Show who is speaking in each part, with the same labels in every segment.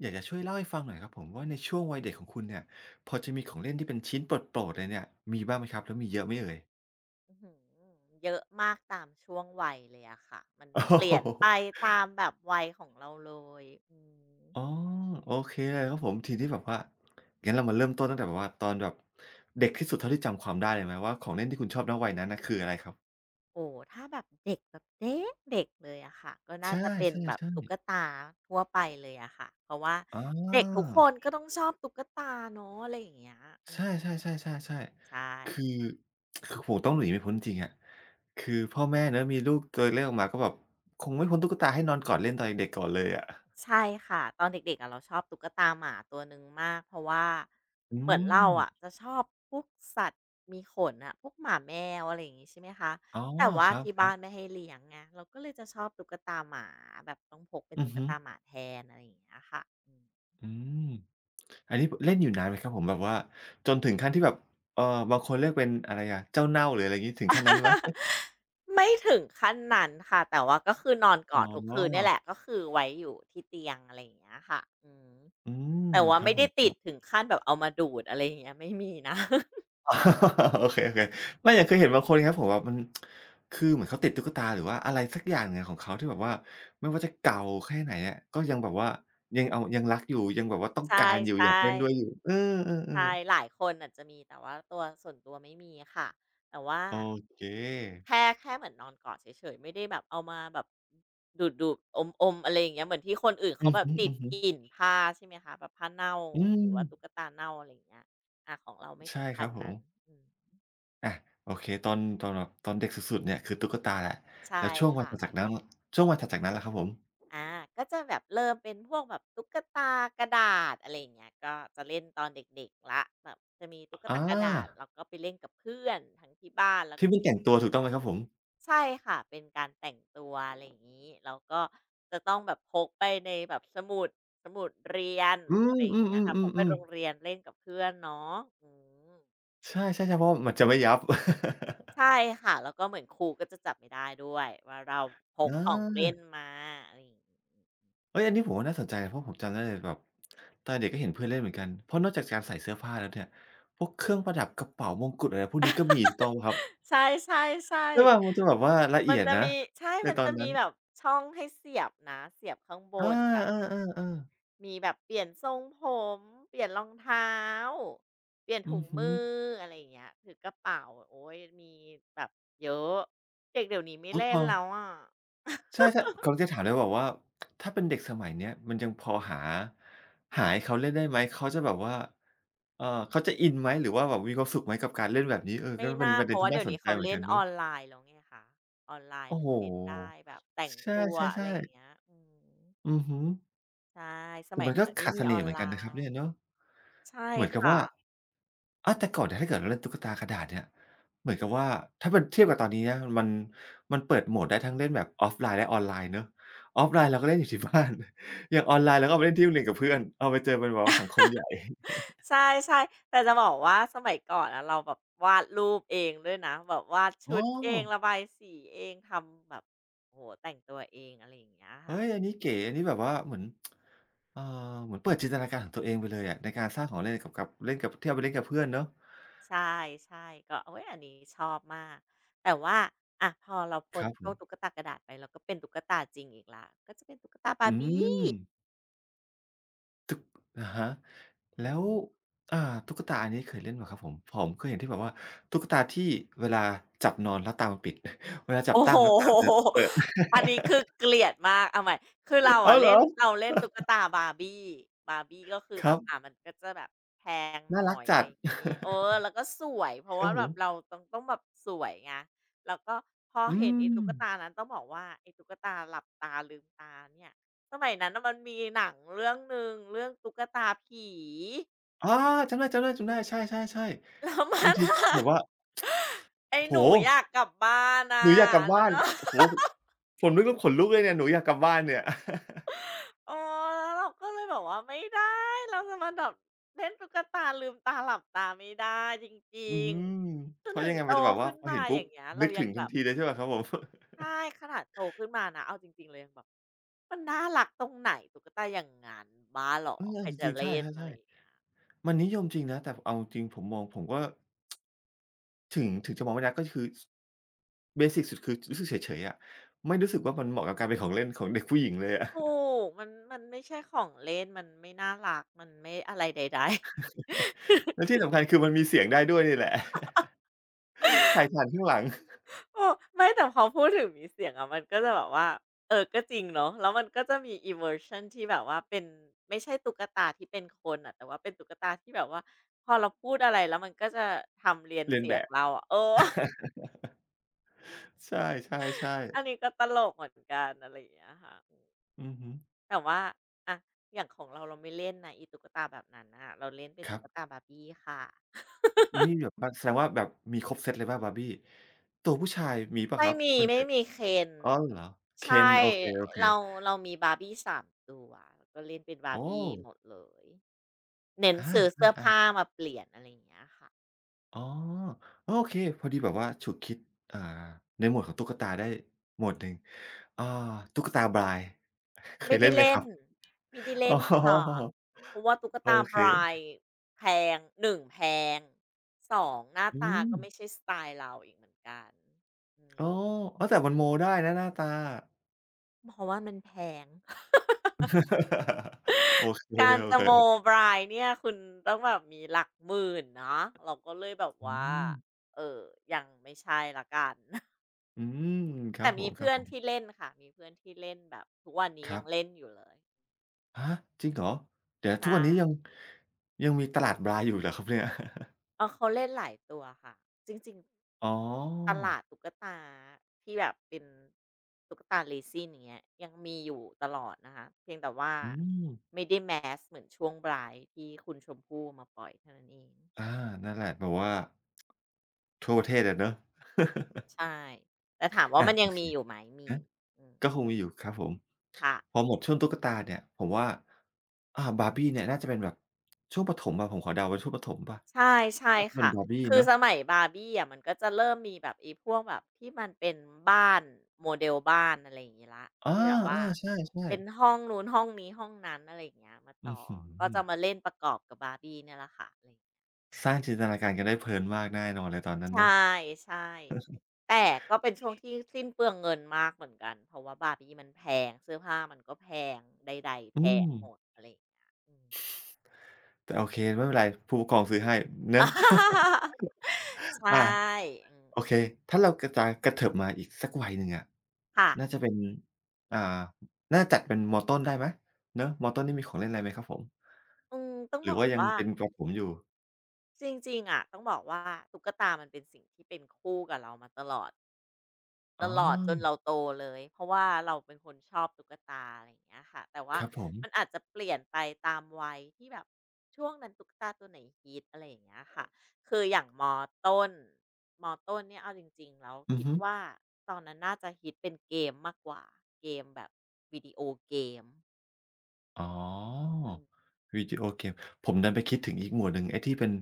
Speaker 1: อยากจะช่วยเล่าให้ฟังหน่อยครับผมว่าในช่วงวัยเด็กของคุณเนี่ยพอจะมีของเล่นที่เป็นชิ้นโปรดๆเลยเนี่ยมีบ้างไหมครับแล้วมีเยอะไหมเอ่ย
Speaker 2: อื้อหือเยอะมากตามช่วงวัยเลยอะค่ะมัน
Speaker 1: โอ
Speaker 2: เปลี่ยนไป
Speaker 1: โฮ
Speaker 2: ตามแบบวัยของเราเลยอืม
Speaker 1: อ๋อโอเคเลยครับผมทีนี้แบบว่างั้นเรามาเริ่มต้นตั้งแต่แบบว่าตอนแบบเด็กที่สุดเท่าที่จำความได้เลยไหมว่าของเล่นที่คุณชอบณวัยนั้นน่ะคืออะไรครับ
Speaker 2: โอ้ถ้าแบบเด็กแบบเด็กเด็กเลยอะค่ะก็
Speaker 1: ใช
Speaker 2: น่าจะเป็นแบบ
Speaker 1: ่ๆ
Speaker 2: ตุ๊ก
Speaker 1: ๆ
Speaker 2: ตาทั่วไปเลยอะค่ะเพราะว่า
Speaker 1: อา
Speaker 2: เด็กทุกคนก็ต้องชอบตุ๊กตาเนาะอะไรอย่างเงี้ยอื
Speaker 1: ใช
Speaker 2: ม
Speaker 1: ่ๆๆๆ
Speaker 2: ใช่
Speaker 1: ๆคือผมต้องหนีไม่พ้นจริงๆอะคือพ่อแม่เนาะมีลูกตัวเล็กออกมาก็แบบคงไม่พ้นตุ๊กตาให้นอนกอดเล่นตอนเด็กๆก่อนเลยอะ
Speaker 2: ใช่ค่ะตอนเด็กๆอะเราชอบตุ๊กตาหมาตัวหนึ่งมากเพราะว่า
Speaker 1: อื
Speaker 2: เหมือนเรา
Speaker 1: ม
Speaker 2: อะจะชอบพวกสัตว์มีขนอ่ะพวกหมาแมวอะไรอย่างงี้ใช่ไหมคะ
Speaker 1: อ๋อ
Speaker 2: แต่ว่า
Speaker 1: ครั
Speaker 2: ที่บ้า
Speaker 1: บ
Speaker 2: นไม่
Speaker 1: ๆ
Speaker 2: ให้เลี้ยงไงเราก็เลยจะชอบตุ๊กตาหมาแบบต้องพกเป็น
Speaker 1: อือ
Speaker 2: ตุ๊ก
Speaker 1: ฮึ
Speaker 2: ตาหมาแทนอะไรอย่างเงี้ยค่ะอืม
Speaker 1: อืมอันนี้บเล่นอยู่นานไหมครับผมแบบว่าจนถึงขั้นที่แบบเอ่อบางคนเรียกเป็นอะไรอะเจ้าเน่าหรืออะไรงี้ถึงขั้นนั้นไหม
Speaker 2: ไม่ถึงขั้นนั้นค่ะแต่ว่าก็คือนอนก
Speaker 1: อ๋
Speaker 2: อดทุกคืนเนี่ย
Speaker 1: อ
Speaker 2: แหละก็คือไว้อยู่ที่เตียงอะไรอย่างเงี้ยค่ะอืม
Speaker 1: อืม
Speaker 2: แต่ว่า
Speaker 1: ครับ
Speaker 2: ไม่
Speaker 1: ผ
Speaker 2: ได้
Speaker 1: มค
Speaker 2: ติ
Speaker 1: รั
Speaker 2: ด
Speaker 1: บ
Speaker 2: ถึงขั้นแบบเอามาดูดอะไรอย่างเงี้ยไม่มีนะ
Speaker 1: โอเคๆไม่แต่เคยเห็นบางคนครับผมแบบมันคือเหมือนเขาติดตุ๊กตาหรือว่าอะไรสักอย่างเนี่ยของเขาที่แบบว่าไม่ว่าจะเก่าแค่ไหนอะก็ยังแบบว่ายังเอายังรักอยู่ยังแบบว่าต้อง
Speaker 2: ใช
Speaker 1: การอยู่
Speaker 2: ่
Speaker 1: อยากเล่นด้วยอยู่
Speaker 2: ๆ
Speaker 1: เออ
Speaker 2: ใช่
Speaker 1: ๆๆ
Speaker 2: หลายคนอาจจะมีแต่ว่าตัวส่วนตัวไม่มีค่ะแต่ว่า
Speaker 1: โอเค
Speaker 2: แค่เหมือนนอนกอดเฉยๆไม่ได้แบบเอามาแบบดูดดดอมๆอะไรอย่างเงี้ยเหมือนที่คนอื่นเขา
Speaker 1: อือ
Speaker 2: แบ
Speaker 1: ฮ
Speaker 2: บติด
Speaker 1: ึ
Speaker 2: ก
Speaker 1: ๆ
Speaker 2: ลิ่นผ้าใช่ไหมคะแบบผ้าเน่า
Speaker 1: อื
Speaker 2: ห
Speaker 1: ม
Speaker 2: รือว่าตุ๊กตาเน่าอะไรอย่างเงี้ยอาของเราไม่ถึ
Speaker 1: ใช่
Speaker 2: ง
Speaker 1: ค
Speaker 2: ขั้
Speaker 1: รั
Speaker 2: น
Speaker 1: บผม
Speaker 2: นั้นอืม
Speaker 1: อาโอเคตอนตอนแบบตอนเด็กสุดๆเนี่ยคือตุ๊กตาแหละ
Speaker 2: ใช่
Speaker 1: แล้วช่วงวัน
Speaker 2: ค่ะ
Speaker 1: ถัดจากนั้นช่วงวันถัดจากนั้นล่ะครับผม
Speaker 2: อาก็จะแบบเริ่มเป็นพวกแบบตุ๊กตากระดาษอะไรอย่างเงี้ยก็จะเล่นตอนเด็กๆละแบบจะมีตุ๊ก
Speaker 1: อ
Speaker 2: ตากระดาษ
Speaker 1: า
Speaker 2: แล้วก็ไปเล่นกับเพื่อนทั้งที่บ้านแล้ว
Speaker 1: ที่
Speaker 2: ก็
Speaker 1: เพิ่ง
Speaker 2: ที่
Speaker 1: แต่
Speaker 2: โร
Speaker 1: ง
Speaker 2: ง
Speaker 1: ตัวถูก
Speaker 2: เรี
Speaker 1: ต้อง
Speaker 2: ย
Speaker 1: ไหม
Speaker 2: น
Speaker 1: ครับผม
Speaker 2: ใช่ค่ะเป็นการแต่งตัวอะไรอย่างนี้แล้วก็จะต้องแบบพกไปในแบบสมุดเรียน
Speaker 1: อืม
Speaker 2: อะไรอย่างเงี้ยค่ะพก
Speaker 1: ๆ
Speaker 2: ไปโร
Speaker 1: ๆๆ
Speaker 2: งเรี
Speaker 1: ๆ
Speaker 2: ยนเล่นกับเพื่อนเนาะอืม
Speaker 1: ใช่ใช่ๆเพราะมันจะไม่ยับ
Speaker 2: ใช่ค่ะแล้วก็เหมือนครูก็จะจับไม่ได้ด้วยว่าเราพ
Speaker 1: อ
Speaker 2: กของเล่น
Speaker 1: า
Speaker 2: มาอะไรอย่างงี้
Speaker 1: เฮ้ยอันนี้ผมว่าน่าสนใจเพราะผมจำได้เลยแบบตอนเด็กก็เห็นเพื่อนเล่นเหมือนกันเพราะนอกจากการใส่เสื้อผ้าแล้วเนี่ยพวกเครื่องประดับกระเป๋ามงกุฎอะไรพวกนี้ก็มีถูกต้องเปล่าครับ
Speaker 2: ใช่
Speaker 1: ใช่เปล่ามันจะแบ
Speaker 2: ๆ
Speaker 1: บว่าละ
Speaker 2: ๆ
Speaker 1: เอี
Speaker 2: มัน
Speaker 1: ยด
Speaker 2: จะ
Speaker 1: นะ
Speaker 2: มีใช่
Speaker 1: ใน
Speaker 2: มัน
Speaker 1: ตอ
Speaker 2: จะ
Speaker 1: นนั้
Speaker 2: มี
Speaker 1: น
Speaker 2: แบบช่องให้เสียบนะเสียบข้างบ
Speaker 1: อา
Speaker 2: นแบบ
Speaker 1: เออๆๆ
Speaker 2: มีแบบเปลี่ยนทรงผมเปลี่ยนรองเท้าเปลี่ยน
Speaker 1: อื
Speaker 2: ถุ
Speaker 1: อ
Speaker 2: ง
Speaker 1: ฮึ
Speaker 2: มืออะไรอย่างเงี้ยถือกระเป๋าโอ๊ยมีแบบเยอะเด็กเดี๋ยวนี้ไม่
Speaker 1: อุ๊ย
Speaker 2: เล่
Speaker 1: พ
Speaker 2: น
Speaker 1: อ
Speaker 2: แล้วอะ
Speaker 1: ใช่ๆกำลังจะถามเลยแบบว่าถ้าเป็นเด็กสมัยเนี้ยมันยังพอหาหาให้เขาเล่นได้ไหมเขาจะแบบว่าเอ่อเขาจะอินไหมหรือว่าแบบมีความสุขไหมกับการเล่นแบบนี้เออก็
Speaker 2: ไม่
Speaker 1: เป็น
Speaker 2: น่า
Speaker 1: ประ
Speaker 2: เพ
Speaker 1: เด็น
Speaker 2: ราะ
Speaker 1: ที่
Speaker 2: ว่า
Speaker 1: น่า
Speaker 2: เดี๋ยว
Speaker 1: สน
Speaker 2: นี้
Speaker 1: ใจ
Speaker 2: เขา
Speaker 1: เหมือน
Speaker 2: เล่
Speaker 1: กั
Speaker 2: น
Speaker 1: น
Speaker 2: อ
Speaker 1: เนาะ
Speaker 2: อนไลน์แล้วไงคะออนไลน์
Speaker 1: โอ้
Speaker 2: มั
Speaker 1: โฮ
Speaker 2: นเล่นได้แบบแต่ง
Speaker 1: ใ
Speaker 2: ตัวอะ
Speaker 1: ช่
Speaker 2: ไรอย่า
Speaker 1: ๆ
Speaker 2: ง
Speaker 1: ๆ
Speaker 2: เงี้ยอืม
Speaker 1: อือฮึ
Speaker 2: ใช่สมัย
Speaker 1: มัน
Speaker 2: นั้น
Speaker 1: ก็
Speaker 2: มันไม่
Speaker 1: ขาด
Speaker 2: มี
Speaker 1: เส
Speaker 2: อ
Speaker 1: น่
Speaker 2: อ
Speaker 1: ห์
Speaker 2: น
Speaker 1: เหมือ
Speaker 2: ไล
Speaker 1: นกันนะครับเนี่ย
Speaker 2: น์
Speaker 1: เนาะ
Speaker 2: ใช่
Speaker 1: เหมือนกับ
Speaker 2: ค่ะ
Speaker 1: ว่าอาแต่ก่อนเนี่ยถ้าเกิดเราเล่นตุ๊กตากระดาษเนี่ยเหมือนกับว่าถ้ามันเทียบกับตอนนี้นะมันเปิดโหมดได้ทั้งเล่นแบบออฟไลน์และออนไลน์เนาะออฟไลน์เราก็เล่นอยู่ที่บ้าน อย่างออนไลน์เราก็เอาไปเล่นที่โรงเรียนกับเพื่อนเอาไปเจอเป็นแบบว่าสังคมใหญ่
Speaker 2: ใช่ใช่แต่จะบอกว่าสมัยก่อนอะเราแบบวาดรูปเองด้วยนะแบบวาด
Speaker 1: อ๋
Speaker 2: ชุ
Speaker 1: อ
Speaker 2: ดเองระบายสีเองทำแบบโอ้โหแต่งตัวเองอะไรอย่างเงี้ย
Speaker 1: เฮ้
Speaker 2: ค่ะ
Speaker 1: ยอันนี้เก๋อันนี้แบบว่าเหมือนเอ่อเหมือนเปิดจินตนาการของตัวเองไปเลยอะในการสร้างของเล่นกับกับเล่นกับที่เอาไปเล่นกับเพื่อนเนาะ
Speaker 2: ใช่ใช่ก็เอ้ยอันนี้ชอบมากแต่ว่าอะพอเรา
Speaker 1: ค
Speaker 2: พ้น
Speaker 1: รับผ
Speaker 2: โล
Speaker 1: ม
Speaker 2: กตุ๊กตากระดาษไปเราก็เป็นตุ๊กตาจริงอีกละก็จะเป็นตุ๊กตา
Speaker 1: อืม
Speaker 2: Barbie
Speaker 1: ตึกอะฮะ
Speaker 2: อื
Speaker 1: แล้ว
Speaker 2: ม
Speaker 1: อ่าตุ๊กตาอันนี้เคยเล่นเปล่าครับผมผมเคยเห็นที่แบบว่าตุ๊กตาที่เวลาจับนอนแล้วตามันปิด เวลาจับ
Speaker 2: โอ้โฮ
Speaker 1: ตั้งแล้วตามันจะเปิด
Speaker 2: อันนี้คือเกลียดมากเอาใหม่คือเรา
Speaker 1: อ้า
Speaker 2: อะ
Speaker 1: วเหร
Speaker 2: เล่น
Speaker 1: อ
Speaker 2: เราเล่นตุ๊กตา Barbie Barbie ก็คือ
Speaker 1: ค
Speaker 2: แบ
Speaker 1: รั
Speaker 2: บ
Speaker 1: บ
Speaker 2: อ่ามันก็จะแบบแพงห
Speaker 1: น่า
Speaker 2: น่
Speaker 1: รั
Speaker 2: อ
Speaker 1: ก
Speaker 2: ยอะ
Speaker 1: จั
Speaker 2: ไร
Speaker 1: ด
Speaker 2: อย่างงี้เออแล้วก็สวยเพ ราะ
Speaker 1: ครั
Speaker 2: ว่า
Speaker 1: บผ
Speaker 2: แบบเรา
Speaker 1: ม
Speaker 2: ต้องแบบสวยไงแล้วก็พอ
Speaker 1: อื
Speaker 2: เห็น
Speaker 1: ม
Speaker 2: ไอ้ตุ๊กตานั้นต้องบอกว่าไอ้ตุ๊กตาหลับตาลืมตาเนี่ยสมัยนั้นน่ะมันมีหนังเรื่องหนึ่งเรื่องตุ๊กตาผี
Speaker 1: อาจำได้ๆๆใช่ๆ
Speaker 2: แล้ว
Speaker 1: ๆ
Speaker 2: มั
Speaker 1: บาง
Speaker 2: น
Speaker 1: ที
Speaker 2: อะ
Speaker 1: แบบว่า
Speaker 2: ไอ้
Speaker 1: โอ้โฮ
Speaker 2: หนูอยากกลับบ้าน
Speaker 1: ห
Speaker 2: น่ะ
Speaker 1: นูอยากกลับ
Speaker 2: อันนั้
Speaker 1: บ้า
Speaker 2: น
Speaker 1: น
Speaker 2: น่ะ
Speaker 1: โอ้โฮผมนึกแล้วขนลุกเลยเนี่ยหนูอยากกลับบ้านเนี่ย
Speaker 2: เออแล้วเราก็เลยแบบว่าไม่ได้เราจะมาแบบเล่นตุ๊กตาลืมตาหลับตาไม่ได้จริ
Speaker 1: อื
Speaker 2: ง
Speaker 1: ม
Speaker 2: ๆจ
Speaker 1: เพ
Speaker 2: น
Speaker 1: ราะ
Speaker 2: ถึ
Speaker 1: ยั
Speaker 2: ง
Speaker 1: งไง
Speaker 2: โต
Speaker 1: มันจะแบบว่า
Speaker 2: ขึ้น
Speaker 1: พอ
Speaker 2: มา
Speaker 1: เห็น
Speaker 2: อ
Speaker 1: ปุ๊
Speaker 2: ย่า
Speaker 1: บ
Speaker 2: งเงี้ยเรา
Speaker 1: นึก
Speaker 2: ยั
Speaker 1: ถึ
Speaker 2: ง
Speaker 1: ง
Speaker 2: แบ
Speaker 1: ทัน
Speaker 2: บ
Speaker 1: ทีเลยใช่เปล่าครับผม
Speaker 2: ใช่ขนาดโตขึ้นมานะเอาจริงๆเรายังแบบมันน่ารักตรงไหนตุ๊กตาอย่างงั้นบ้าเหร อ
Speaker 1: เออ
Speaker 2: ใคร
Speaker 1: จ
Speaker 2: จะ
Speaker 1: ริงๆใช
Speaker 2: เล่นอะ
Speaker 1: ่
Speaker 2: ไรอ
Speaker 1: ๆ
Speaker 2: ย่าง
Speaker 1: ๆ
Speaker 2: เงี้ย
Speaker 1: มันนิยมจริงนะแต่เอาจริงผมมองผมก็ถึงจะมองไม่รักก็คือเบสิกสุดคือรู้สึกเฉยๆอะไม่รู้สึกว่ามันเหมาะกับการเป็นของเล่นของเด็กผู้หญิงเลยอะ
Speaker 2: ถูกมันไม่ใช่ของเล่นมันไม่น่ารักมันไม่อะไรใดๆ
Speaker 1: และที่สำคัญคือมันมีเสียงได้ด้วยนี่แหละ ใส่ถ่านข้างหลัง
Speaker 2: โอ้ไม่แต่พอพูดถึงมีเสียงอะมันก็จะแบบว่าเออก็จริงเนาะแล้วมันก็จะมีอีเวอร์ชันที่แบบว่าเป็นไม่ใช่ตุ๊กตาที่เป็นคนอะแต่ว่าเป็นตุ๊กตาที่แบบว่าพอเราพูดอะไรแล้วมันก็จะทำเรียน
Speaker 1: เลียน
Speaker 2: เสี
Speaker 1: แบ
Speaker 2: ยง
Speaker 1: บ
Speaker 2: เราอะเออ
Speaker 1: ใช่
Speaker 2: อั
Speaker 1: ๆ
Speaker 2: น
Speaker 1: ๆ
Speaker 2: นี้ก็ตลกเหมือนกันอะไรอย่างเงี้ยค่ะอืม
Speaker 1: อือฮึ
Speaker 2: แต่ว่าอะอย่างของเราเราไม่เล่นนะอีตุ๊กตาแบบนั้นน่ะเราเล่นเป็น
Speaker 1: ครั
Speaker 2: ตุ๊
Speaker 1: บ
Speaker 2: กตาบาร r บี้ค่ะ
Speaker 1: นี่แบบว่าแสดงว่าแบบมีครบเซตเลยเปล่า Barbie? ตัวผู้ชายมีเปล่าค
Speaker 2: ไม่
Speaker 1: รับ
Speaker 2: มี
Speaker 1: มัน
Speaker 2: ไม่
Speaker 1: จะ
Speaker 2: มีเคน
Speaker 1: อ๋อเหรอ Ken
Speaker 2: ใช่
Speaker 1: โอเค
Speaker 2: เรา
Speaker 1: ๆ
Speaker 2: เรามีบาร์บี้3ตัวแล้วก็เล่นเป็นบา
Speaker 1: อ๋อ
Speaker 2: ร์บี้หมดเลยเน้น
Speaker 1: อา
Speaker 2: ซื้อเสื้อผ้า
Speaker 1: ๆ
Speaker 2: มาเปลี่ยนอะไรอย่างเงี้ยค่ะ
Speaker 1: อ๋อโอเคพอดีแบบว่าฉุกคิดอ่าในหมวดของตุ๊กตาได้หมวดหนึ่งอ่าตุ๊กตาบลาย เคย
Speaker 2: ไม่
Speaker 1: เล่
Speaker 2: ได้
Speaker 1: นไหมค
Speaker 2: เล่
Speaker 1: รั
Speaker 2: น
Speaker 1: บ
Speaker 2: ไม่ได้
Speaker 1: อ๋
Speaker 2: เล่นค่ะ
Speaker 1: อ
Speaker 2: เพราะว่าตุ๊ก
Speaker 1: โอ
Speaker 2: ตา
Speaker 1: เค
Speaker 2: Bratz แพง1แพง2หน้า
Speaker 1: อื
Speaker 2: ตา
Speaker 1: ม
Speaker 2: ก็ไม่ใช่สไตล์เราอีกเหมือนกันอื
Speaker 1: อ๋
Speaker 2: ม
Speaker 1: ออ้าวแต่มันโมได้นะหน้าตา
Speaker 2: เพราะว่ามันแพง
Speaker 1: โอเ
Speaker 2: การจะ
Speaker 1: ค
Speaker 2: โมบรายเนี่ยคุณต้องแบบมีหลักหมื่นเนาะเราก็เลยแบบ
Speaker 1: ๆอื
Speaker 2: ว่า
Speaker 1: ม
Speaker 2: เออยังไม่ใช่ละกัน
Speaker 1: อืมครั
Speaker 2: แต่
Speaker 1: บผ
Speaker 2: มีเพื่อน
Speaker 1: ม
Speaker 2: ที่
Speaker 1: ๆ
Speaker 2: เล่นค่ะมีเพื่อนที่เล่นแบบทุกวันนี้
Speaker 1: ครั
Speaker 2: ยังเล่
Speaker 1: บ
Speaker 2: นอยู่เลย
Speaker 1: ฮะจริงเหรอเดี๋ยวทุ
Speaker 2: ใช่
Speaker 1: กวันนี้ยังยังมีตลาดบลายอยู่เหรอครับเนี่ย
Speaker 2: เออเขาเล่นหลายตัวค่ะจริง
Speaker 1: อ๋อ
Speaker 2: ๆตลาดตุ๊กตาที่แบบเป็นตุ๊กตา resin อย่างเงี้ยยังมีอยู่ตลอดนะคะเพียงแต่ว่า
Speaker 1: อืม
Speaker 2: ไม่ได้แมสเหมือนช่วงบรายที่คุณชมพู่มาปล่อยเท่านั้นเอง
Speaker 1: อานั่นแหละแบบว่าทั่วประเทศอะเนาะ
Speaker 2: ใช่แต่ถามว่า
Speaker 1: อา
Speaker 2: มันยั
Speaker 1: โอ
Speaker 2: ง
Speaker 1: เค
Speaker 2: มีอยู่ไหมมี
Speaker 1: ฮะ
Speaker 2: อืม
Speaker 1: ก็คงมีอยู่ครับผม
Speaker 2: ค่ะ
Speaker 1: พอหมดช่วงตุ๊กตาเนี่ยผมว่าบาร์บี้เนี่ยน่าจะเป็นแบบช่วงประถมอะผมขอเดาว่าช่วงประถมเปล่า
Speaker 2: ใช่ใช่
Speaker 1: น่าจะเป็น
Speaker 2: ค่ะ
Speaker 1: บาร์บี้
Speaker 2: คือ
Speaker 1: เนาะ
Speaker 2: สมัย Barbie อะมันก็จะเริ่มมีแบบไอ้พวกแบบที่มันเป็นบ้านโมเดลบ้านอะไรอย่างงี้แล้ว
Speaker 1: อา
Speaker 2: ที่แบบว่า
Speaker 1: ๆใช่
Speaker 2: เป็น
Speaker 1: ๆ
Speaker 2: ห้องนู้นห้องนี้ห้องนั้นอะไรอย่างเงี้ยมา
Speaker 1: อื้
Speaker 2: ต่
Speaker 1: อ
Speaker 2: อ
Speaker 1: ฮื
Speaker 2: ก็จะ
Speaker 1: อ
Speaker 2: มาเล่นประกอบกับ Barbie เนี่ยแหละค่ะอะไรอย่างเงี้ยอืม
Speaker 1: สร้างจินตนาการกันได้เพลินมากแน่นอนเลยตอนนั้น
Speaker 2: ใช่
Speaker 1: เนาะ
Speaker 2: ใช่แต่ก็เป็นช่วงที่สิ้นเปลืองเงินมากเหมือนกันเพราะว่าบาร์บี้มันแพงเสื้อผ้ามันก็แพงใดๆแพ
Speaker 1: อื
Speaker 2: ง
Speaker 1: ม
Speaker 2: หมดอะไรอย่างเงี้ยอืม
Speaker 1: แต่โอเคไม่เป็นไรผู้ปกครองซื้อให้เนาะ อา
Speaker 2: ใช่อืม
Speaker 1: โอเค ถ้าเรากระจายกระเถิบมาอีกสักวัยหนึ่งอะ
Speaker 2: ค่ะ
Speaker 1: น่าจะเป็นอ่าน่าจัดเป็นมต้นได้ไหมเนาะมต้นนี่มีของเล่นอะไรไหมครับผม
Speaker 2: อืมต้อง
Speaker 1: หรื
Speaker 2: บ
Speaker 1: อ
Speaker 2: อก
Speaker 1: ว่ายัง
Speaker 2: ว่า
Speaker 1: เป็นประถมอยู่
Speaker 2: จริงๆอะต้องบอกว่าตุ๊กตามันเป็นสิ่งที่เป็นคู่กับเรามาตลอดต
Speaker 1: อ๋
Speaker 2: ลอดจน
Speaker 1: อ
Speaker 2: เราโตเลยเพราะว่าเราเป็นคนชอบตุ๊กตาอะไรอย่างเงี้ยค่ะแต่ว่า
Speaker 1: ครับผม
Speaker 2: มันอาจจะเปลี่ยนไปตามวัยที่แบบช่วงนั้นตุ๊กตาตัวไหนฮิตอะไรอย่างเงี้ยค่ะคืออย่างต้นมต้นเนี่ยเอาจริงๆแล้ว
Speaker 1: อือ
Speaker 2: คิด
Speaker 1: ฮึ
Speaker 2: ว่าตอนนั้นน่าจะฮิตเป็นเกมมากกว่าเกมแบบวิดีโอเกม
Speaker 1: อ๋อ
Speaker 2: อืม
Speaker 1: วิดีโอเกม ผมดันไปคิดถึงอีกหมวดหนึ่งไอ้ที่เป็น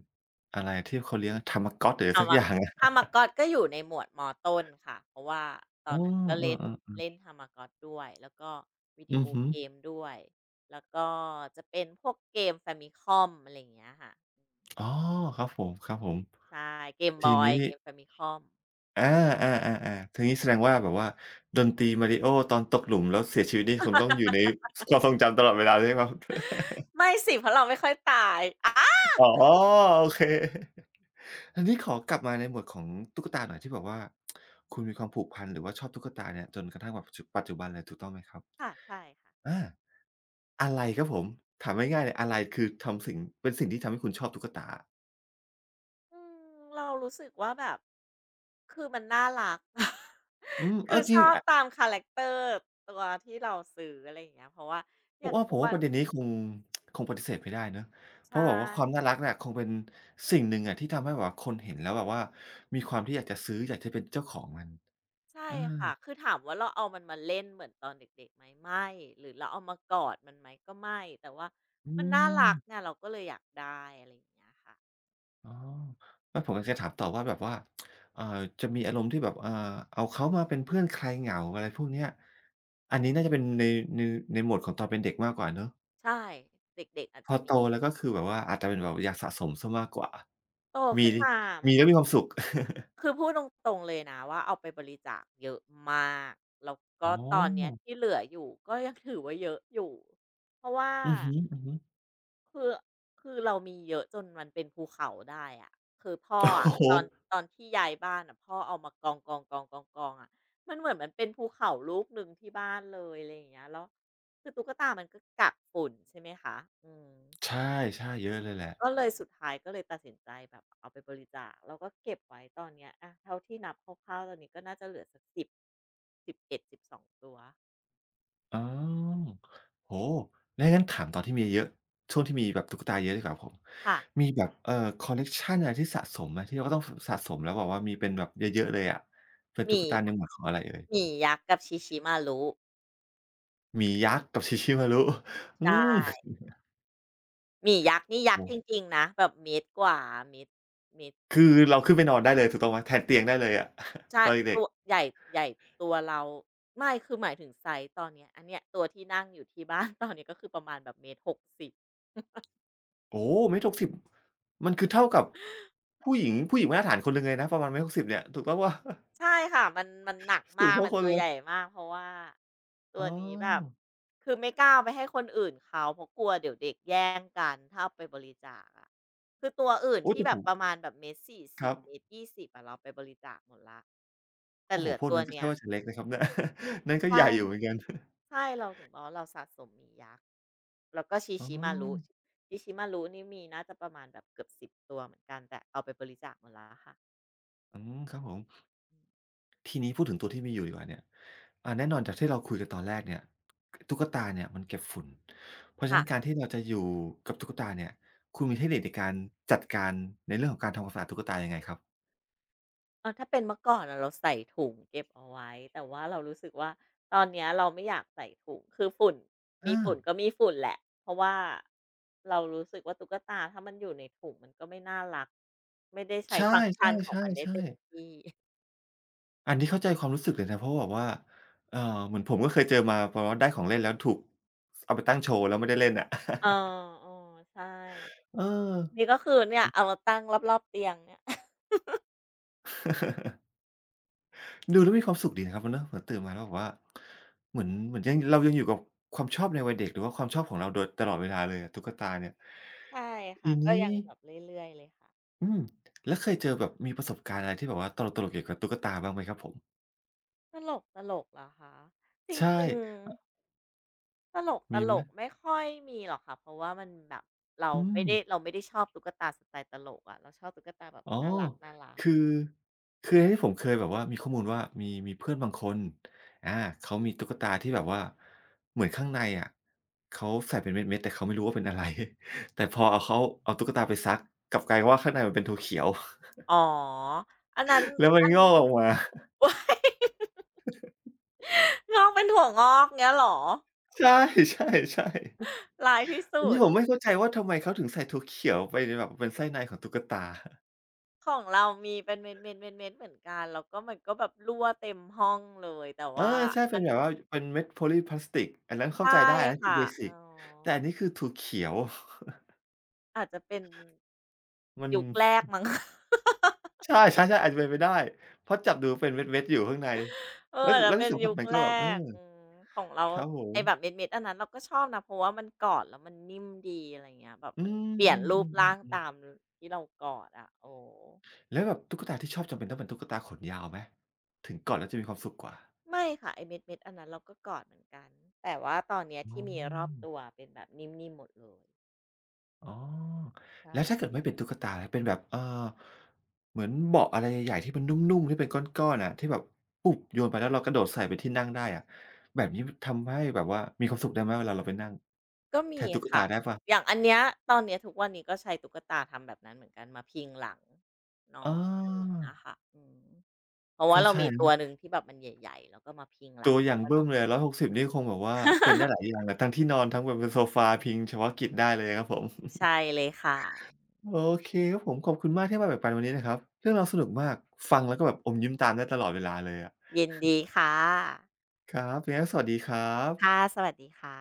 Speaker 1: อะไรที่เขาเลี้ยง Tamagotchi หรือ
Speaker 2: ฮา
Speaker 1: สัก
Speaker 2: มะ
Speaker 1: อย่าง
Speaker 2: ฮา
Speaker 1: อะ
Speaker 2: มากอสก็อยู่ในหมวดมต้นค่ะเพราะว่าต
Speaker 1: เอ
Speaker 2: อ
Speaker 1: อ
Speaker 2: นนั้นก็
Speaker 1: เ
Speaker 2: เล่น
Speaker 1: ออ
Speaker 2: เล่นฮามากอสด้วยแล้วก็วิ
Speaker 1: ๆ
Speaker 2: ดี
Speaker 1: อื
Speaker 2: โอ
Speaker 1: อฮึ
Speaker 2: เกมด้วยแล้วก็จะเป็นพวกเกม Famicom อะไรอย่างเงี้ยค่ะอืม
Speaker 1: อ๋อครับผม
Speaker 2: ใช่ Game
Speaker 1: ๆที
Speaker 2: Boy
Speaker 1: นี้
Speaker 2: เกม Famicom
Speaker 1: อาอาๆๆทางนี้แสดงว่าแบบว่าดนตรี Mario ตอนตกหลุมแล้วเสียชีวิตนี่คงต้องอยู่ในความทรงจำตลอดเวลาเลยใช่ไหมครับ
Speaker 2: ไม่สิเพราะเราไม่ค่อยตายอา
Speaker 1: อ๋อโอเคอันนี้ขอกลับมาในหมวดของตุ๊กตาหน่อยที่แบบว่าคุณมีความผูกพันหรือว่าชอบตุ๊กตาเนี่ยจนกระทั่งแบบจปัจจุบันเลยถูกต้องไหมครับ
Speaker 2: ค่ะใช่ค่ะ
Speaker 1: อาอะไรครับผมถามง่ายๆเลยอะไรคือทำสิ่งเป็นสิ่งที่ทำให้คุณชอบตุ๊กตา
Speaker 2: อืมเรารู้สึกว่าแบบคือมันน่ารัก
Speaker 1: อืมเอ
Speaker 2: คื
Speaker 1: อ
Speaker 2: อ
Speaker 1: จ
Speaker 2: ช
Speaker 1: ริง
Speaker 2: อบ
Speaker 1: อ
Speaker 2: ตามคาแรกเตอร์ตัวที่เราซื้ออะไรอย่างเงี้ยเพราะว่าอ
Speaker 1: ผ
Speaker 2: ย่า
Speaker 1: ม
Speaker 2: ง
Speaker 1: ว่าผ
Speaker 2: ทุก
Speaker 1: มว่า
Speaker 2: วัน
Speaker 1: ประเด็นนี้คงคงปฏิเสธไม่ได้เนาะเพ
Speaker 2: ใช่
Speaker 1: ราะแบบว่าความน่ารักเนี่ยคงเป็นสิ่งหนึ่งอะที่ทำให้แบบว่าคนเห็นแล้วแบบว่ามีความที่อยากจะซื้ออยากจะเป็นเจ้าของมัน
Speaker 2: ใช่
Speaker 1: เออ
Speaker 2: ค่ะคือถามว่าเราเอามันมาเล่นเหมือนตอนเด็กๆไหมไม่หรือเราเอามากอดมันไหมก็ไม่แต่ว่า
Speaker 1: อื
Speaker 2: มันน่า
Speaker 1: ม
Speaker 2: รักเนี่ยเราก็เลยอยากได้อะไรอย่างเงี้ยค่ะ
Speaker 1: อ๋อแล้วผมอยากจะถามต่อว่าแบบว่าเอ่อจะมีอารมณ์ที่แบบเอาเขามาเป็นเพื่อนคลายเหงาอะไรพวกเนี้ยอันนี้น่าจะเป็นในในโหมดของตอนเป็นเด็กมากกว่าเนาะ
Speaker 2: ใช่เด็กๆอาจ
Speaker 1: พอ
Speaker 2: จะ
Speaker 1: โต
Speaker 2: มี
Speaker 1: แล้วก็คือแบบว่าอาจจะเป็นแบบอยากสะสมเสียมากกว่า
Speaker 2: โต
Speaker 1: มี
Speaker 2: ขึ้นมามัน
Speaker 1: แล้วมีความสุข
Speaker 2: คือพูดตรงๆเลยนะว่าเอาไปบริจาคเยอะมากแล้ว
Speaker 1: อ๋
Speaker 2: ก็
Speaker 1: อ
Speaker 2: ตอนเนี้ย ที่เหลืออยู่ก็ยังถือว่าเยอะอยู่เพราะว่า
Speaker 1: อือฮึๆ
Speaker 2: คือคือเรามีเยอะจนมันเป็นภูเขาได้อะคือพ่อ
Speaker 1: โอ
Speaker 2: อะ
Speaker 1: ้โฮ
Speaker 2: ตอนที่ย้ายบ้านอะพ่อเอามากองๆๆๆๆอะมันเหมือนมันเป็นภูเขาลูกหนึ่งที่บ้านเลยอะไรอย่างเงี้ยแล้วคือตุ๊กตามันก็กักฝุ่นใช่ไหมคะอืม
Speaker 1: ใช่ๆเยอะเลยแหละ
Speaker 2: ก็เลยสุดท้ายก็เลยตัดสินใจแบบเอาไปบริจาคแล้วก็เก็บไว้ตอนเนี้ยอะเท่าที่นับคร่าวๆตอนนี้ก็น่าจะเหลือสักสิ11-12ตัว
Speaker 1: อ๋อโอ้โฮแล้วงั้นถามตอนที่มีเยอะช่วงที่มีแบบตุ๊กตาเยอะดีกว่าครับผม
Speaker 2: ค่ะ
Speaker 1: มีแบบคอลเลกชันอะไรที่สะสมไหมที่เราก็ต้องสสะสมแล้วแบบว่ามีเป็นแบบเยอะๆเลยอะเป็น
Speaker 2: ห
Speaker 1: ตุ๊ก
Speaker 2: มี่
Speaker 1: ตาใน
Speaker 2: ยัก
Speaker 1: หม
Speaker 2: ษ์
Speaker 1: วดของอะไรเอ่
Speaker 2: ห
Speaker 1: ย
Speaker 2: มี่ยักษ์กับ Shishimaru
Speaker 1: หมียักษ์กับ Shishimaru อื
Speaker 2: ใช่
Speaker 1: ม
Speaker 2: หมี่ยักษ์นี่
Speaker 1: โอ้
Speaker 2: ยัก
Speaker 1: โฮ
Speaker 2: ษ์จริงๆนะแบบเมตรกว่าเมตรเมตร
Speaker 1: คือเราขึ้นไปนอนได้เลยถูกต้องไหมแทนเตียงได้เลยอะ
Speaker 2: ใช่
Speaker 1: ตอนเด็
Speaker 2: ตั
Speaker 1: ก
Speaker 2: ว
Speaker 1: ๆ
Speaker 2: ใหญ่ใหญ่ตัวเราไม่คือหมายถึงไซซ์ตอนเนี้ยอันเนี้ยตัวที่นั่งอยู่ที่บ้าน ตอนนี้ก็คือประมาณแบบเมตรหกสิบ
Speaker 1: โอ้โฮเมตรหกสิบมันคือเท่ากับผู้หญิงมาตรฐานคนหนึ่งเลยนะประมาณเมตรหกสิบเนี่ยถูกต้องเปล่า
Speaker 2: ใช่ค่ะมันมันหนัก
Speaker 1: สูง
Speaker 2: มาก
Speaker 1: เท่า
Speaker 2: มัน
Speaker 1: คน
Speaker 2: ตัว
Speaker 1: เล
Speaker 2: ให
Speaker 1: ย
Speaker 2: ญ่มากเพราะว่าตั
Speaker 1: อ๋อ
Speaker 2: วนี้แบบคือไม่กล้าเอาไปให้คนอื่นเขาเพราะกลัวเดี๋ยวเด็กแย่งกันถ้าเอาไปบริจาคอะคือตัวอื่น
Speaker 1: โอ๊ย
Speaker 2: ที่
Speaker 1: แต่
Speaker 2: แบ
Speaker 1: ผ
Speaker 2: บ
Speaker 1: ม
Speaker 2: ประมาณแบบเมตรส
Speaker 1: ค
Speaker 2: สิ
Speaker 1: รั
Speaker 2: บ
Speaker 1: บ
Speaker 2: เมตร1.20อะเราไปบริจาคหมดแล้วแต่
Speaker 1: โอ้
Speaker 2: เห
Speaker 1: โฮ
Speaker 2: ลือ
Speaker 1: พวก
Speaker 2: ตัว
Speaker 1: นั้นก็
Speaker 2: เนี้
Speaker 1: ใช่
Speaker 2: ย
Speaker 1: ว่าจะเล็กนะครับเนี่ย นั่นก็ใหญ่
Speaker 2: ใช่
Speaker 1: อยู่เหมือนกัน
Speaker 2: ใช่เราถึงบอกว่าเราสะสมหมียักษ์แล้วก็ชี
Speaker 1: อ๋อ
Speaker 2: ชิมารุชิชิมารุนี่มีน่าจะประมาณแบบเกือบ10ตัวเหมือนกันแต่เอาไปบริจาคหมดแล้วค่ะ
Speaker 1: อืมครับผม
Speaker 2: อืม
Speaker 1: ทีนี้พูดถึงตัวที่มีอยู่ดีกว่าเนี่ยแน่นอนจากที่เราคุยกันตอนแรกเนี่ยตุ๊กตาเนี่ยมันเก็บฝุ่นเพราะฉะ
Speaker 2: ค่ะ
Speaker 1: นั้นการที่เราจะอยู่กับตุ๊กตาเนี่ยคุณมีเทคนิคในการจัดการในเรื่องของการทำความสะอาดตุ๊กตายังไงครับ
Speaker 2: เออถ้าเป็นเมื่อก่อนอะเราใส่ถุงเก็บเอาไว้แต่ว่าเรารู้สึกว่าตอนเนี้ยเราไม่อยากใส่ถุงคือฝุ่นมี
Speaker 1: อา
Speaker 2: ฝุ่นก็มีฝุ่นแหละเพราะว่าเรารู้สึกว่าตุ๊กตาถ้ามันอยู่ในถุงมันก็ไม่น่ารักไม่ได้ใช้
Speaker 1: ใช่
Speaker 2: ฟังก์ชันของมันได้เต็ม
Speaker 1: ๆๆๆ
Speaker 2: ที่
Speaker 1: อันนี้เข้าใจความรู้สึกเลยนะเพราะแบบว่าเอ่อเหมือนผมก็เคยเจอมาพอได้ของเล่นแล้วถูกเอาไปตั้งโชว์แล้วไม่ได้เล่นอะ
Speaker 2: เออ ๆใช่
Speaker 1: เออ
Speaker 2: นี่ก็คือเนี่ยเอามาตั้งรอบๆเตียงเนี่ย
Speaker 1: ดูแล้วมีความสุขดีนะครับเนอะเหมือนตื่นมาแล้วแบบว่าเหมือนยังเรายังอยู่กับความชอบในวัยเด็กหรือว่าความชอบของเราโดยตลอดเวลาเลยอะตุ๊กตาเนี่ย
Speaker 2: ใช่ค่ะ
Speaker 1: ที
Speaker 2: ก็ยั
Speaker 1: นี้
Speaker 2: งแบบเรื่อยๆเลยค่ะ
Speaker 1: อืมแล้วเคยเจอแบบมีประสบการณ์อะไรที่แบบว่าตลกๆเกี่ยวกับตุ๊กตาบ้างไหมครับผม
Speaker 2: ตลกตลกเหรอคะจร
Speaker 1: ใช่
Speaker 2: ิงๆตลกต
Speaker 1: มีไห
Speaker 2: ล
Speaker 1: ม
Speaker 2: กไม่ค่อยมีหรอกค่ะเพราะว่ามันแบบเรา
Speaker 1: อื
Speaker 2: ไม่
Speaker 1: ม
Speaker 2: ได้เราไม่ได้ชอบตุ๊กตาสไตล์ตลกอะเราชอบตุ๊กตาแบบ
Speaker 1: อ๋อ
Speaker 2: น่ารัก
Speaker 1: คือ
Speaker 2: ๆ
Speaker 1: อันนี้ผมเคยแบบว่ามีข้อมูลว่ามีเพื่อนบางคนอาเขามีตุ๊กตาที่แบบว่าเหมือนข้างในอะเขาใส่เป็นเม็ดๆแต่เขาไม่รู้ว่าเป็นอะไร แต่พอเอาเขาเอาตุ๊กตาไปซักกลับกลายเป็นว่าข้างในมันเป็นถั่วเขียว
Speaker 2: อ๋ออันนั้น
Speaker 1: แล้วมัน
Speaker 2: อัน
Speaker 1: งอกออกมา
Speaker 2: ว้ายงอกเป็นถั่วงอกเงี้ยเหรอ
Speaker 1: ใช่ใช่ๆ
Speaker 2: ร้ายที่
Speaker 1: อัน
Speaker 2: สุ
Speaker 1: นี้
Speaker 2: ด
Speaker 1: ผมไม่เข้าใจว่าทำไมเขาถึงใส่ถั่วเขียวไปในแบบเป็นไส้ในของตุ๊กตา
Speaker 2: ของเรามีเป็นเม็ดๆๆๆเหมือนกันแล้วก็มันก็แบบรั่วเต็มห้องเลยแต่
Speaker 1: เออ
Speaker 2: ว่า
Speaker 1: ใช่เป็
Speaker 2: มั
Speaker 1: น
Speaker 2: น
Speaker 1: แบบว่าเป็นเม็ดโพลีพลาสติกอันนั้นเข้า
Speaker 2: ใช่
Speaker 1: ใจได้อันนั้นคือ
Speaker 2: ค่ะ
Speaker 1: เบสิ
Speaker 2: อ๋อ
Speaker 1: กแต่อันนี้คือถั่วเขียว
Speaker 2: อาจจะเป็น
Speaker 1: มัน
Speaker 2: ยุคแรกมั้ง
Speaker 1: ใช่ใช่ๆอาจจะเป็นไปได้เพราะจับดูเป็นเม็ดๆอยู่ข้างใน
Speaker 2: เออ
Speaker 1: แล้ว
Speaker 2: อาจจะเป็น
Speaker 1: สัมผั
Speaker 2: ยุ
Speaker 1: ส
Speaker 2: ค
Speaker 1: มันก็
Speaker 2: แร
Speaker 1: แบบเออ
Speaker 2: กอืมของเรา
Speaker 1: ครับผม
Speaker 2: ไอ้แบบเม็ดๆอันนั้นเราก็ชอบนะเพราะว่ามันกอดแล้วมันนิ่มดีอะไรเงี้ยแบบ
Speaker 1: อื
Speaker 2: มัน
Speaker 1: ม
Speaker 2: เปลี่ย
Speaker 1: อื
Speaker 2: นรูปร่าง
Speaker 1: อๆๆๆ
Speaker 2: ตามที่เรากอดอะโอ้
Speaker 1: แล้วแบบตุ๊กตาที่ชอบจำเป็นต้องเป็นตุ๊กตาขนยาวไหมถึงก่อนแล้วจะมีความสุขกว่า
Speaker 2: ไม่ค่ะไอ้เม็ดๆอันนั้นเราก็กอดเหมือนกันแต่ว่าตอนเนี้ย
Speaker 1: อ๋
Speaker 2: ที่มีรอบ
Speaker 1: อ
Speaker 2: ตัวเป็นแบบนิ่มๆหมดเลย
Speaker 1: อ๋อ
Speaker 2: ใช่
Speaker 1: แล้วถ้าเกิดไม่เป็นตุ๊กตาล่ะเป็นแบบเหมือนเบาะอะไรใหญ่ๆที่มันนุ่มๆที่เป็นก้อนๆอะที่แบบปุ๊บโยนไปแล้วเรากระโดดใส่เป็นที่นั่งได้อะแบบนี้มันทำให้แบบว่ามีความสุขได้ไหมเวลาเราไปนั่ง
Speaker 2: ก็
Speaker 1: แท
Speaker 2: มี
Speaker 1: นตุ๊กตา
Speaker 2: ค่ะ
Speaker 1: ได้เปล่า
Speaker 2: อย่างอันเนี้ยตอนเนี้ยทุกวันนี้ก็ใช้ตุ๊กตาทำแบบนั้นเหมือนกันมาพิงหลังน
Speaker 1: เ
Speaker 2: อนอะไรอย่าง
Speaker 1: ออ
Speaker 2: เงี้ยค่ะอืมเพราะว่า
Speaker 1: ก็
Speaker 2: เรา
Speaker 1: ใช่
Speaker 2: มีตัว
Speaker 1: นะ
Speaker 2: หนึ่งที่แบบมันใหญ่ๆ แล้วก็มาพิงห
Speaker 1: ตั
Speaker 2: ลัง
Speaker 1: วอ
Speaker 2: แล้ว
Speaker 1: ย่าง
Speaker 2: ก็
Speaker 1: บึ้
Speaker 2: น
Speaker 1: ม
Speaker 2: อ
Speaker 1: เลย
Speaker 2: น
Speaker 1: 160นี่คงแบบว่าเป็นได้หลายอย่างแหละทั้งที่นอนทั้งแบบเป็นโซฟาพิงเฉพาะกิจได้เลยครับผม
Speaker 2: ใช่เลยค่ะ
Speaker 1: โอเคครับผมขอบคุณมากที่มาแบ่งปันวันนี้นะครับ เรื่องราวสนุกมาก ฟังแล้วก็แบบอมยิ้มตามได้ตลอดเวลาเลยอะ
Speaker 2: ยินดีค่ะ
Speaker 1: ครับยังไงก็สวัสดีครับ
Speaker 2: ค่ะสวัสดีค่ะ